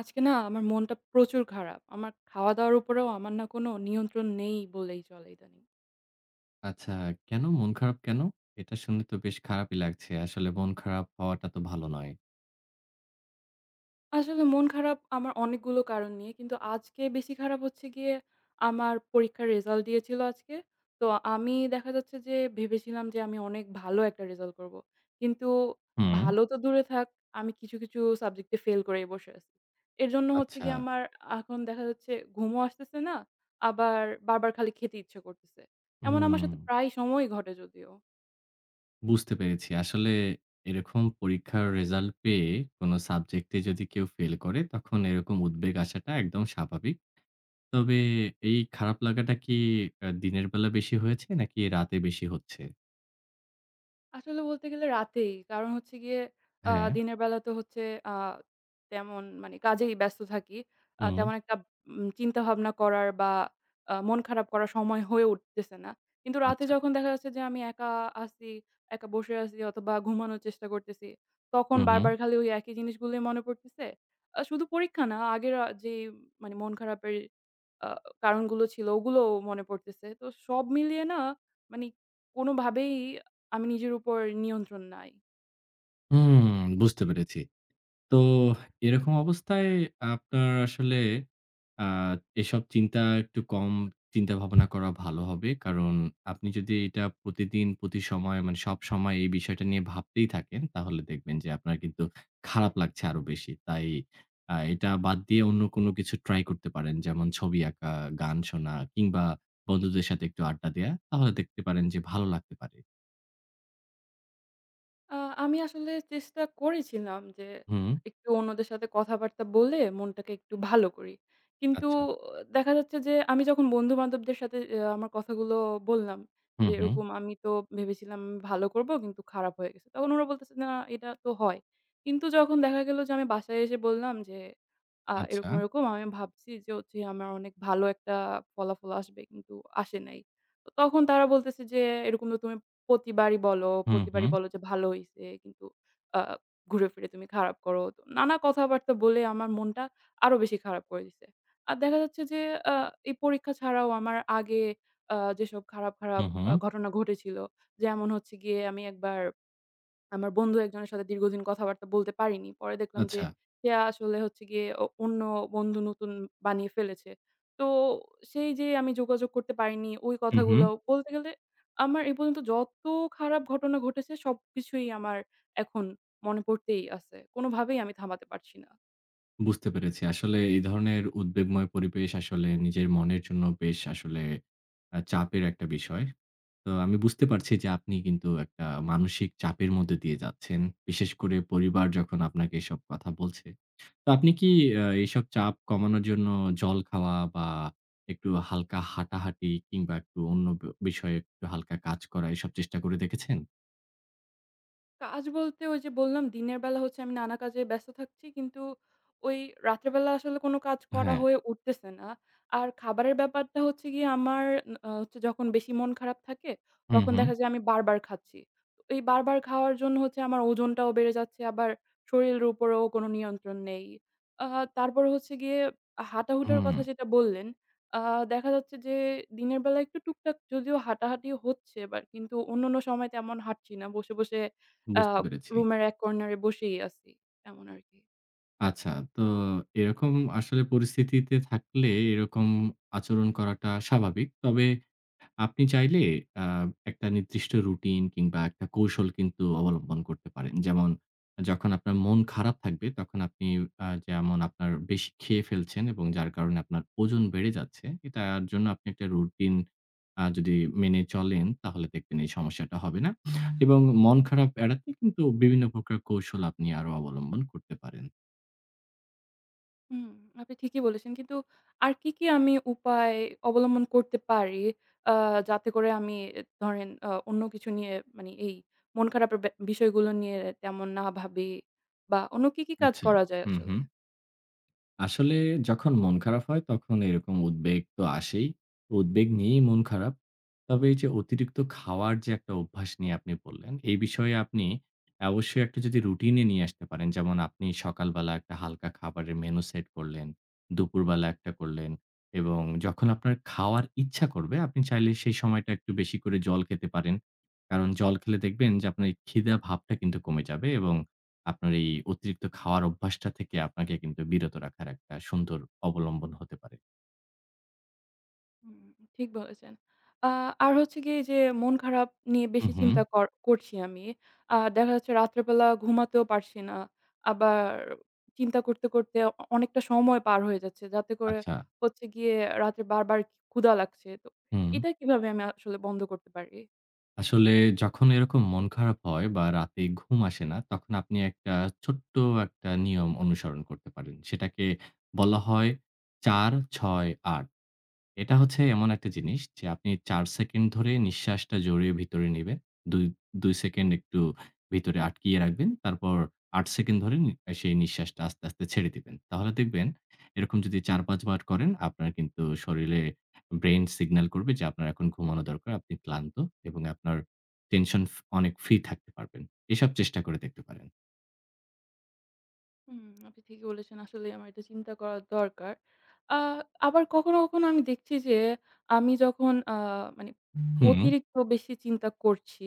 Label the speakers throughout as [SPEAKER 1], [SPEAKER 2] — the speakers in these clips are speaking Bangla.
[SPEAKER 1] আজকে না আমার মনটা প্রচুর খারাপ। আমার খাওয়া-দাওয়ার উপরেও আমার না কোনো নিয়ন্ত্রণ নেই বলেই চলে ইদানিং।
[SPEAKER 2] আচ্ছা, কেন? মন খারাপ কেন? এটা শুনে তো বেশ খারাপই লাগছে। আসলে মন খারাপ হওয়াটা তো ভালো নয়।
[SPEAKER 1] আসলে মন খারাপ আমার অনেকগুলো কারণ নিয়ে। কিন্তু আজকে বেশি খারাপ হচ্ছে গিয়ে আমার পরীক্ষার রেজাল্ট দিয়েছিল আজকে। তো আমি দেখা যাচ্ছে যে ভেবেছিলাম যে আমি অনেক ভালো একটা রেজাল্ট করব। কিন্তু
[SPEAKER 2] হুম।
[SPEAKER 1] ভালো তো দূরে থাক, আমি কিছু সাবজেক্টে ফেল করেই বসে আছি। এর জন্য হচ্ছে
[SPEAKER 2] আচ্ছা,
[SPEAKER 1] গিয়ে আমার এখন দেখা যাচ্ছে ঘুমও আসতেছে না, আবার বারবার খালি খেতে ইচ্ছে করতেছে। এমন আমার
[SPEAKER 2] হুম,
[SPEAKER 1] সাথে প্রায় সময়ই ঘটে যদিও।
[SPEAKER 2] বুঝতে পেরেছি। আসলে এরকম পরীক্ষার রেজাল্ট পেয়ে কোনো সাবজেক্টে যদি কেউ ফেল করে, তখন এরকম উদ্বেগ আসাটা একদম স্বাভাবিক। তবে এই খারাপ লাগাটা কি দিনের বেলা বেশি হয়েছে নাকি রাতে বেশি হচ্ছে?
[SPEAKER 1] আসলে বলতে গেলে রাতেই। কারণ হচ্ছে গিয়ে
[SPEAKER 2] হ্যাঁ।
[SPEAKER 1] দিনের বেলা তো হচ্ছে আ তেমন মানে কাজেই ব্যস্ত থাকি।
[SPEAKER 2] হুম।
[SPEAKER 1] তেমন একটা চিন্তাভাবনা করার বা মন খারাপ করার সময় হয়ে উঠতেছে না। কিন্তু রাতে
[SPEAKER 2] আচ্ছা।
[SPEAKER 1] যখন দেখা যাচ্ছে যে আমি একা আছি, একা বসে আছি অথবা ঘুমানোর চেষ্টা করতেছি, তখন
[SPEAKER 2] হুম, হুম।
[SPEAKER 1] বারবার খালি ওই একই জিনিসগুলোই মনে পড়তেছে। শুধু পরীক্ষা না, আগের যে মানে মন খারাপের আ কারণগুলো ছিল ওগুলোও মনে পড়তেছে। তো সব মিলিয়ে না মানে কোনোভাবেই আমি নিজের উপর নিয়ন্ত্রণ নাই।
[SPEAKER 2] হুম, বুঝতে পেরেছি। তো এরকম অবস্থায় আপনার আসলে আ এসব চিন্তা একটু কম চিন্তাভাবনা করা ভালো হবে। কারণ আপনি যদি এটা প্রতিদিন, প্রতি সময় মানে সবসময় এই বিষয়টা নিয়ে ভাবতেই থাকেন, তাহলে দেখবেন যে আপনার কিন্তু খারাপ লাগছে আরো বেশি। তাই এটা বাদ দিয়ে অন্য কোনো কিছু ট্রাই করতে পারেন। যেমন ছবি আঁকা, গান শোনা কিংবা বন্ধুদের সাথে একটু আড্ডা দেয়া। তাহলে দেখতে পারেন যে ভালো লাগতে পারে।
[SPEAKER 1] আ আমি আসলে চেষ্টা করেছিলাম যে
[SPEAKER 2] হুম,
[SPEAKER 1] একটু অন্যদের সাথে কথাবার্তা বলে মনটাকে একটু ভালো করি। কিন্তু
[SPEAKER 2] আচ্ছা।
[SPEAKER 1] আহ, দেখা যাচ্ছে যে আমি যখন বন্ধু-বান্ধবদের সাথে আমার কথাগুলো বললাম
[SPEAKER 2] হুম,
[SPEAKER 1] যে
[SPEAKER 2] হুম,
[SPEAKER 1] এরকম আমি তো ভেবেছিলাম ভালো করব কিন্তু খারাপ হয়ে গেছে। তখন ওরা বলতেছে, "না এটা তো হয়।" কিন্তু যখন দেখা গেল যে আমি বাসায় এসে বললাম যে
[SPEAKER 2] আচ্ছা।
[SPEAKER 1] এরকম আমি ভাবছি যে হচ্ছে আমার অনেক ভালো একটা ফলাফল আসবে কিন্তু আসে নাই। তো তখন তারা বলতেছে যে, "এরকম তো তুমি প্রতিবারই বলো,
[SPEAKER 2] হুম,
[SPEAKER 1] প্রতিবারই
[SPEAKER 2] হুম,
[SPEAKER 1] বলো যে ভালো হইছে কিন্তু আ ঘুরে ফিরে তুমি খারাপ করো। তো নানা কথাবার্তা বলে আমার মনটা আরো বেশি খারাপ করে দিছে। আর দেখা যাচ্ছে যে আ এই পরীক্ষা ছাড়াও আমার আগে যেসব খারাপ,
[SPEAKER 2] হুম,
[SPEAKER 1] খারাপ
[SPEAKER 2] হুম,
[SPEAKER 1] ঘটনা ঘটেছিল যেমন হচ্ছে গিয়ে আমি একবার আমার বন্ধু একজনের সাথে দীর্ঘদিন কথাবার্তা বলতে পারিনি। পরে দেখলাম যে
[SPEAKER 2] আচ্ছা।
[SPEAKER 1] সে আসলে হচ্ছে গিয়ে অন্য বন্ধু নতুন বানিয়ে ফেলেছে। তো সেই যে আমি যোগাযোগ করতে পারিনি ওই
[SPEAKER 2] হুম, হুম।
[SPEAKER 1] কথাগুলো বলতে গেলে আমার এ পর্যন্ত যত খারাপ ঘটনা ঘটেছে সবকিছুই আমার এখন মনে পড়তেই আছে। কোনোভাবেই আমি থামাতে পারছি না।
[SPEAKER 2] বুঝতে পেরেছি। আসলে এই ধরনের উদ্বেগময় পরিবেশ আসলে নিজের মনের জন্য বেশ আসলে চাপের একটা বিষয়। তো আমি বুঝতে পারছি যে আপনি কিন্তু একটা মানসিক চাপের মধ্যে দিয়ে যাচ্ছেন। বিশেষ করে পরিবার যখন আপনাকে এসব কথা বলছে। তো আপনি কি এইসব চাপ কমানোর জন্য জল খাওয়া বা একটু হালকা হাঁটাহাঁটি কিংবা একটু অন্য বিষয়ে একটু হালকা কাজ করা এসব চেষ্টা করে দেখেছেন?
[SPEAKER 1] কাজ বলতে ওই যে বললাম দিনের বেলা হচ্ছে আমি নানা কাজে ব্যস্ত থাকছি। কিন্তু ওই রাতের বেলা আসলে কোনো কাজ করা
[SPEAKER 2] হ্যাঁ।
[SPEAKER 1] হয়ে উঠতেছে না। আর খাবারের ব্যাপারটা হচ্ছে গিয়ে আমার হচ্ছে যখন বেশি মন খারাপ থাকে
[SPEAKER 2] হুম,
[SPEAKER 1] তখন
[SPEAKER 2] হুম,
[SPEAKER 1] দেখা যায় আমি বারবার খাচ্ছি। তো এই বারবার খাওয়ার জন্য হচ্ছে আমার ওজনটাও বেড়ে যাচ্ছে। আবার শরীরের উপরেও কোনো নিয়ন্ত্রণ নেই। আ তারপরে হচ্ছে গিয়ে হাঁটাহুটার
[SPEAKER 2] হুম।
[SPEAKER 1] কথা যেটা বললেন, আ দেখা যাচ্ছে যে দিনের বেলা একটু টুকটাক যদিও হাঁটাহাঁটি হচ্ছে, বাট কিন্তু অন্যান্য সময় তেমন হাঁটছি না। বসে আ
[SPEAKER 2] বুঝতে পেরেছি।
[SPEAKER 1] রুমের এক কর্নারে বসেই আছি। এমন আরকি।
[SPEAKER 2] আচ্ছা, তো এরকম আসলে পরিস্থিতিতে থাকলে এরকম আচরণ করাটা স্বাভাবিক। তবে আপনি চাইলে আ একটা নির্দিষ্ট রুটিন কিংবা একটা কৌশল কিন্তু অবলম্বন করতে পারেন। যেমন যখন আপনার মন খারাপ থাকবে তখন আপনি যেমন আপনার বেশি খেয়ে ফেলছেন এবং যার কারণে আপনার ওজন বেড়ে যাচ্ছে, এটার জন্য আপনি একটা রুটিন যদি মেনে চলেন তাহলে দেখবেন এই সমস্যাটা হবে না। এবং মন খারাপ এড়াতে কিন্তু বিভিন্ন প্রকার কৌশল আপনি আরো অবলম্বন করতে পারেন।
[SPEAKER 1] হুম, আপনি ঠিকই বলেছেন। কিন্তু আর কি আমি উপায় অবলম্বন করতে পারি আ যাতে করে আমি ধরেন অন্য কিছু নিয়ে মানে এই মন খারাপের বিষয়গুলো নিয়ে তেমন না ভাবি বা অন্য কি কাজ
[SPEAKER 2] আচ্ছা।
[SPEAKER 1] করা যায়
[SPEAKER 2] হুম,
[SPEAKER 1] আসলে?
[SPEAKER 2] হুম। আসলে যখন মন খারাপ হয় তখন এরকম উদ্বেগ তো আসেই। উদ্বেগ নিয়েই মন খারাপ। তবে এই যে অতিরিক্ত খাওয়ার যে একটা অভ্যাস নিয়ে আপনি বললেন, এই বিষয়ে আপনি অবশ্যই একটা যদি রুটিন এ নিয়ে আসতে পারেন। যেমন আপনি সকালবেলা একটা হালকা খাবারের মেনু সেট করলেন, দুপুরবেলা একটা করলেন এবং যখন আপনার খাওয়ার ইচ্ছা করবে আপনি চাইলে সেই সময়টা একটু বেশি করে জল খেতে পারেন। কারণ জল খেলে দেখবেন যে আপনার এই ক্ষিধা ভাবটা কিন্তু কমে যাবে এবং আপনার এই অতিরিক্ত খাওয়ার অভ্যাসটা থেকে আপনাকে কিন্তু বিরত রাখার একটা সুন্দর অবলম্বন হতে পারে।
[SPEAKER 1] হুম, ঠিক বলেছেন। আ আর হচ্ছে গিয়ে এই যে মন খারাপ নিয়ে
[SPEAKER 2] হুম,
[SPEAKER 1] বেশি
[SPEAKER 2] হুম।
[SPEAKER 1] চিন্তা কর করছি আমি। দেখা যাচ্ছে রাত্রেবেলা ঘুমাতেও পারছি না। আবার চিন্তা করতে অনেকটা সময় পার হয়ে যাচ্ছে। যাতে করে
[SPEAKER 2] আচ্ছা।
[SPEAKER 1] হচ্ছে গিয়ে রাতে বারবার ক্ষুধা লাগছে। তো
[SPEAKER 2] হুম।
[SPEAKER 1] এটা কিভাবে আমি আসলে বন্ধ করতে পারি?
[SPEAKER 2] আসলে যখন এরকম মন খারাপ হয় বা রাতে ঘুম আসে না, তখন আপনি একটা ছোট্ট একটা নিয়ম অনুসরণ করতে পারেন। সেটাকে বলা হয় ৪, ৬, ৮। এটা হচ্ছে এমন একটা জিনিস যে আপনি ৪ সেকেন্ড ধরে নিঃশ্বাসটা জড়িয়ে ভিতরে নিবেন। ২ ২ সেকেন্ড একটু ভিতরে আটকিয়ে রাখবেন। তারপর ৮ সেকেন্ড ধরে সেই নিঃশ্বাসটা আস্তে, আস্তে ছেড়ে দিবেন। তাহলে দেখবেন এরকম যদি ৪-৫ বার করেন আপনার কিন্তু শরীরে ব্রেইন সিগন্যাল করবে যে আপনার এখন ঘুমানো দরকার। আপনি ক্লান্ত এবং আপনার টেনশন অনেক ফ্রি থাকতে পারবেন। এসব চেষ্টা করে দেখতে পারেন।
[SPEAKER 1] হুম, আপনি ঠিকই বলেছেন। আসলেই আমার এটা চিন্তা করা দরকার। আ আবার কখনো আমি দেখছি যে আমি যখন মানে
[SPEAKER 2] হুম,
[SPEAKER 1] অতিরিক্ত বেশি চিন্তা করছি,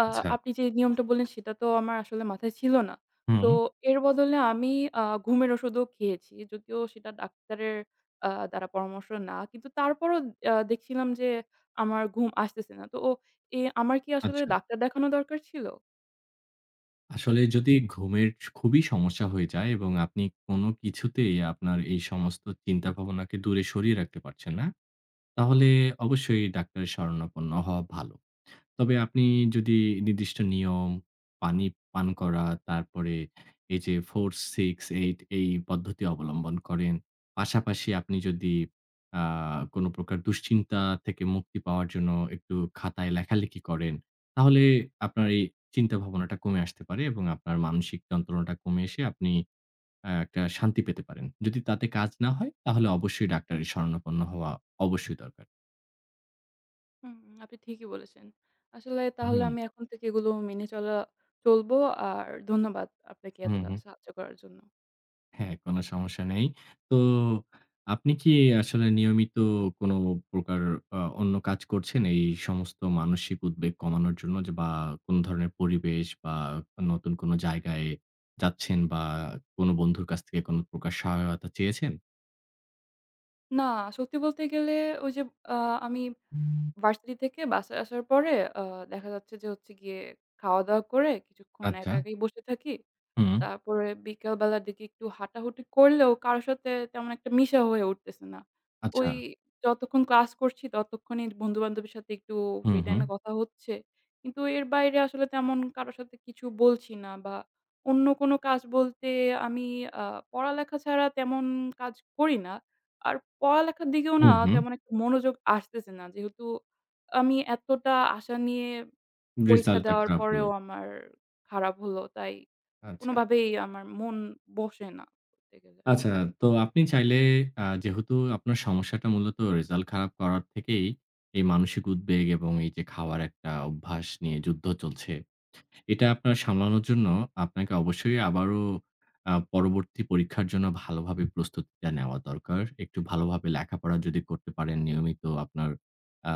[SPEAKER 1] আ
[SPEAKER 2] আচ্ছা।
[SPEAKER 1] আপনি যে নিয়মটা বললেন সেটা তো আমার আসলে মাথায় ছিল না।
[SPEAKER 2] হুম,
[SPEAKER 1] তো এর বদলে আমি ঘুমের ওষুধও খেয়েছি। যদিও সেটা ডাক্তারের দ্বারা পরামর্শ না। কিন্তু তারপরও দেখছিলাম যে আমার ঘুম আসতেছে না। তো ও এ আমার কি আসলে
[SPEAKER 2] আচ্ছা।
[SPEAKER 1] ডাক্তার দেখানো দরকার ছিল?
[SPEAKER 2] আসলে যদি ঘুমের খুবই সমস্যা হয়ে যায় এবং আপনি কোনো কিছুতেই আপনার এই সমস্ত চিন্তা ভাবনাকে দূরে সরিয়ে রাখতে পারছেন না, তাহলে অবশ্যই ডাক্তারের শরণাপন্ন হওয়া ভালো। তবে আপনি যদি নির্দিষ্ট নিয়ম, পানি পান করা, তারপরে এই যে 4, 6, 8 এই পদ্ধতি অবলম্বন করেন। পাশাপাশি আপনি যদি আ কোন প্রকার দুশ্চিন্তা থেকে মুক্তি পাওয়ার জন্য একটু খাতায় লেখালেখি করেন, তাহলে আপনার এই চিন্তা ভাবনাটা কমে আসতে পারে এবং আপনার মানসিক যন্ত্রণাটা কমে এসে আপনি একটা শান্তি পেতে পারেন। যদি তাতে কাজ না হয় তাহলে অবশ্যই ডাক্তারের শরণাপন্ন হওয়া অবশ্যই দরকার।
[SPEAKER 1] হুম, আপনি ঠিকই বলেছেন। আসলে তাহলে
[SPEAKER 2] হুম,
[SPEAKER 1] আমি এখন থেকে এগুলো মেনে চলা চলবো। আর ধন্যবাদ আপনাকে
[SPEAKER 2] হুম,
[SPEAKER 1] এতটা
[SPEAKER 2] হুম।
[SPEAKER 1] সাহায্য করার জন্য।
[SPEAKER 2] হ্যাঁ, কোনো সমস্যা নেই। তো আপনি কি আসলে নিয়মিত কোনো প্রকার অন্য কাজ করছেন এই সমস্ত মানসিক উদ্বেগ কমানোর জন্য যে বা কোন ধরনের পরিবেশ বা নতুন কোনো জায়গায় যাচ্ছেন বা কোনো বন্ধুর কাছ থেকে কোনো প্রকার সহায়তা চেয়েছেন?
[SPEAKER 1] না সত্যি বলতে গেলে ওই যে আ আমি ভার্সিটি থেকে বাসায় আসার পরে আ দেখা যাচ্ছে যে হচ্ছে গিয়ে খাওয়া-দাওয়া করে কিছুক্ষণ
[SPEAKER 2] আচ্ছা।
[SPEAKER 1] একা একাই বসে থাকি।
[SPEAKER 2] হুম,
[SPEAKER 1] তারপরে বিকেল বেলার দিকে একটু হাঁটাহুটি করলেও কারো সাথে তেমন একটা মিশা হয়ে উঠতেছে না।
[SPEAKER 2] আচ্ছা।
[SPEAKER 1] ওই যতক্ষণ ক্লাস করছি ততক্ষণই বন্ধু-বান্ধবের সাথে একটু
[SPEAKER 2] হুম,
[SPEAKER 1] ফ্রি
[SPEAKER 2] হুম।
[SPEAKER 1] টাইমে কথা হচ্ছে। কিন্তু এর বাইরে আসলে তেমন কারো সাথে কিছু বলছি না বা অন্য কোনো কাজ বলতে আমি আ পড়ালেখা ছাড়া তেমন কাজ করি না। আর পড়ালেখার দিকেও
[SPEAKER 2] হুম,
[SPEAKER 1] না
[SPEAKER 2] হুম।
[SPEAKER 1] তেমন একটা মনোযোগ আসতেছে না। যেহেতু আমি এতটা আশা নিয়ে পরীক্ষা
[SPEAKER 2] রিসাল্টটা
[SPEAKER 1] দেওয়ার
[SPEAKER 2] খারাপ হলো।
[SPEAKER 1] পরেও আমার খারাপ হলো তাই
[SPEAKER 2] আচ্ছা।
[SPEAKER 1] কোনোভাবেই আমার মন বসে না বলতে গেলে।
[SPEAKER 2] আচ্ছা, তো আপনি চাইলে যেহেতু আপনার সমস্যাটা মূলত রেজাল্ট খারাপ করার থেকেই এই মানসিক উদ্বেগ এবং এই যে খাওয়ার একটা অভ্যাস নিয়ে যুদ্ধ চলছে, এটা আপনার সামলানোর জন্য আপনাকে অবশ্যই আবারও পরবর্তী পরীক্ষার জন্য ভালোভাবে প্রস্তুতিটা নেওয়া দরকার। একটু ভালোভাবে লেখাপড়া যদি করতে পারেন নিয়মিত আপনার আ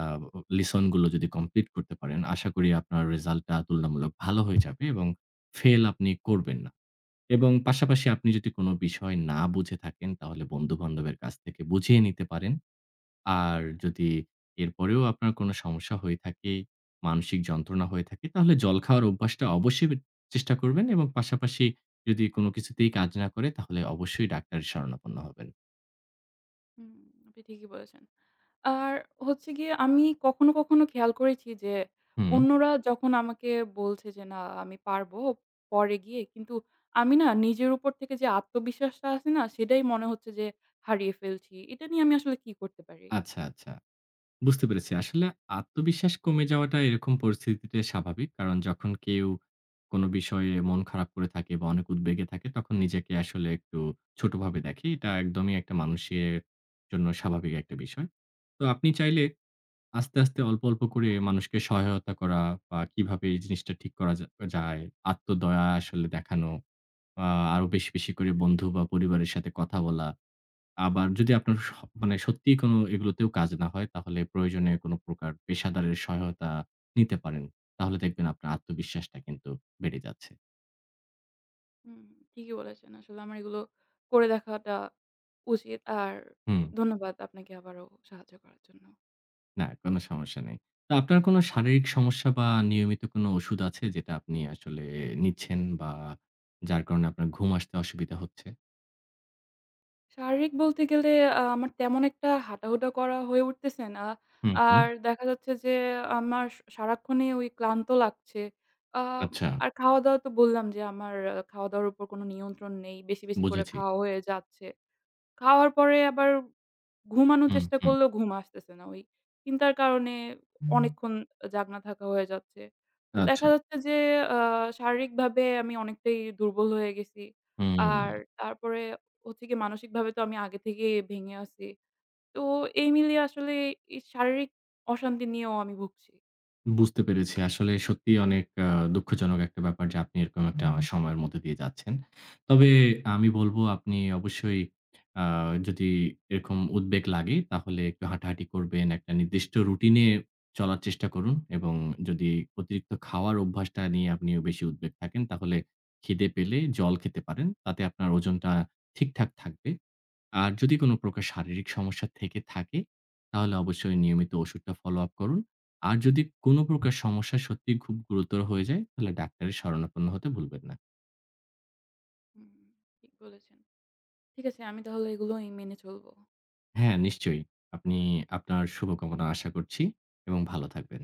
[SPEAKER 2] লিসন গুলো যদি কমপ্লিট করতে পারেন, আশা করি আপনার রেজাল্টটা তুলনামূলক ভালো হয়ে যাবে এবং ফেল আপনি করবেন না। এবং পাশাপাশি আপনি যদি কোনো বিষয় না বুঝে থাকেন, তাহলে বন্ধু-বান্ধবের কাছ থেকে বুঝিয়ে নিতে পারেন। আর যদি এরপরেও আপনার কোনো সমস্যা হয়ে থাকে, মানসিক যন্ত্রণা হয়ে থাকে, তাহলে জল খাওয়ার অভ্যাসটা অবশ্যই চেষ্টা করবেন এবং পাশাপাশি যদি কোনো কিছুতেই কাজ না করে, তাহলে অবশ্যই ডাক্তারের শরণাপন্ন হবেন।
[SPEAKER 1] হুম, আপনি ঠিকই বলেছেন। আর হচ্ছে গিয়ে আমি কখনো খেয়াল করেছি যে
[SPEAKER 2] হুম,
[SPEAKER 1] অন্যরা যখন আমাকে বলছে যে, "না আমি পারবো" পরে গিয়ে কিন্তু আমি না নিজের উপর থেকে যে আত্মবিশ্বাসটা আছে না সেটাই মনে হচ্ছে যে হারিয়ে ফেলছি। এটা নিয়ে আমি আসলে কি করতে পারি?
[SPEAKER 2] আচ্ছা, আচ্ছা। বুঝতে পেরেছি। আসলে আত্মবিশ্বাস কমে যাওয়াটা এরকম পরিস্থিতিতে স্বাভাবিক। কারণ যখন কেউ কোন বিষয়ে মন খারাপ করে থাকে বা অনেক উদ্বেগে থাকে তখন নিজেকে আসলে একটু ছোটভাবে দেখে। এটা একদমই একটা মানুষের জন্য স্বাভাবিক একটা বিষয়। তো আপনি চাইলে আস্তে, আস্তে অল্প, অল্প করে মানুষকে সহায়তা করা বা কিভাবে এই জিনিসটা ঠিক করা যায়, আত্মদয়া আসলে দেখানো, আ আরো বেশি, বেশি করে বন্ধু বা পরিবারের সাথে কথা বলা। আবার যদি আপনার মানে সত্যিই কোনো এগুলোতেও কাজ না হয়, তাহলে প্রয়োজনে কোনো প্রকার পেশাদারের সহায়তা নিতে পারেন। তাহলে দেখবেন আপনার আত্মবিশ্বাসটা কিন্তু বেড়ে যাচ্ছে।
[SPEAKER 1] হুম, ঠিকই বলেছেন। আসলে আমার এগুলো করে দেখাটা উচিত। আর
[SPEAKER 2] হুম,
[SPEAKER 1] ধন্যবাদ আপনাকে আবারও সাহায্য করার জন্য।
[SPEAKER 2] না কোনো সমস্যা নেই। তো আপনার কোনো শারীরিক সমস্যা বা নিয়মিত কোনো ওষুধ আছে যেটা আপনি আসলে নিচ্ছেন বা যার কারণে আপনার ঘুম আসতে অসুবিধা হচ্ছে?
[SPEAKER 1] শারীরিক বলতে গেলে আমার তেমন একটা হাঁটাহুটা করা হয়ে উঠতেছে না।
[SPEAKER 2] হুম, হুম।
[SPEAKER 1] আর দেখা যাচ্ছে যে আমার সারাক্ষণই ওই ক্লান্ত লাগছে। আম
[SPEAKER 2] আচ্ছা,
[SPEAKER 1] আর খাওয়া-দাওয়া তো বললাম যে আমার খাওয়া-দাওয়ার উপর কোনো নিয়ন্ত্রণ নেই। বেশি করে
[SPEAKER 2] বুঝেছি।
[SPEAKER 1] খাওয়া হয়ে যাচ্ছে। খাওয়ার পরে আবার ঘুমানোর
[SPEAKER 2] হুম,
[SPEAKER 1] চেষ্টা
[SPEAKER 2] হুম।
[SPEAKER 1] করলেও ঘুম আসতেছে না। ওই চিন্তার কারণে অনেকক্ষণ জাগনা থাকা হয়ে যাচ্ছে। তো
[SPEAKER 2] আচ্ছা,
[SPEAKER 1] দেখা যাচ্ছে যে আ শারীরিকভাবে আমি অনেকটাই দুর্বল হয়ে গেছি। আর
[SPEAKER 2] হুম।
[SPEAKER 1] তারপরে হচ্ছে গিয়ে মানসিকভাবে তো আমি আগে থেকেই ভেঙে আছি। তো এই মিলিয়ে আসলে এই শারীরিক অশান্তি নিয়েও আমি ভুগছি।
[SPEAKER 2] বুঝতে পেরেছি। আসলে সত্যিই অনেক দুঃখজনক একটা ব্যাপার যে আপনি এরকম একটা সময়ের মধ্যে দিয়ে যাচ্ছেন। তবে আমি বলব আপনি অবশ্যই আ যদি এরকম উদ্বেগ লাগে তাহলে একটু হাঁটাহাঁটি করবেন, একটা নির্দিষ্ট রুটিনে চলার চেষ্টা করুন এবং যদি অতিরিক্ত খাওয়ার অভ্যাসটা নিয়ে আপনিও বেশি উদ্বেগ থাকেন তাহলে খিদে পেলে জল খেতে পারেন। তাতে আপনার ওজনটা ঠিকঠাক থাকবে। আর যদি কোনো প্রকার শারীরিক সমস্যা থেকে থাকে, তাহলে অবশ্যই নিয়মিত ওষুধটা ফলো আপ করুন। আর যদি কোনো প্রকার সমস্যা সত্যিই খুব গুরুতর হয়ে যায়, তাহলে ডাক্তারের শরণাপন্ন হতে ভুলবেন না।
[SPEAKER 1] হুম, ঠিক বলেছেন। ঠিক আছে আমি তাহলে এগুলোই মেনে চলবো।
[SPEAKER 2] হ্যাঁ, নিশ্চয়ই। আপনি আপনার শুভকামনা আশা করছি এবং ভালো থাকবেন।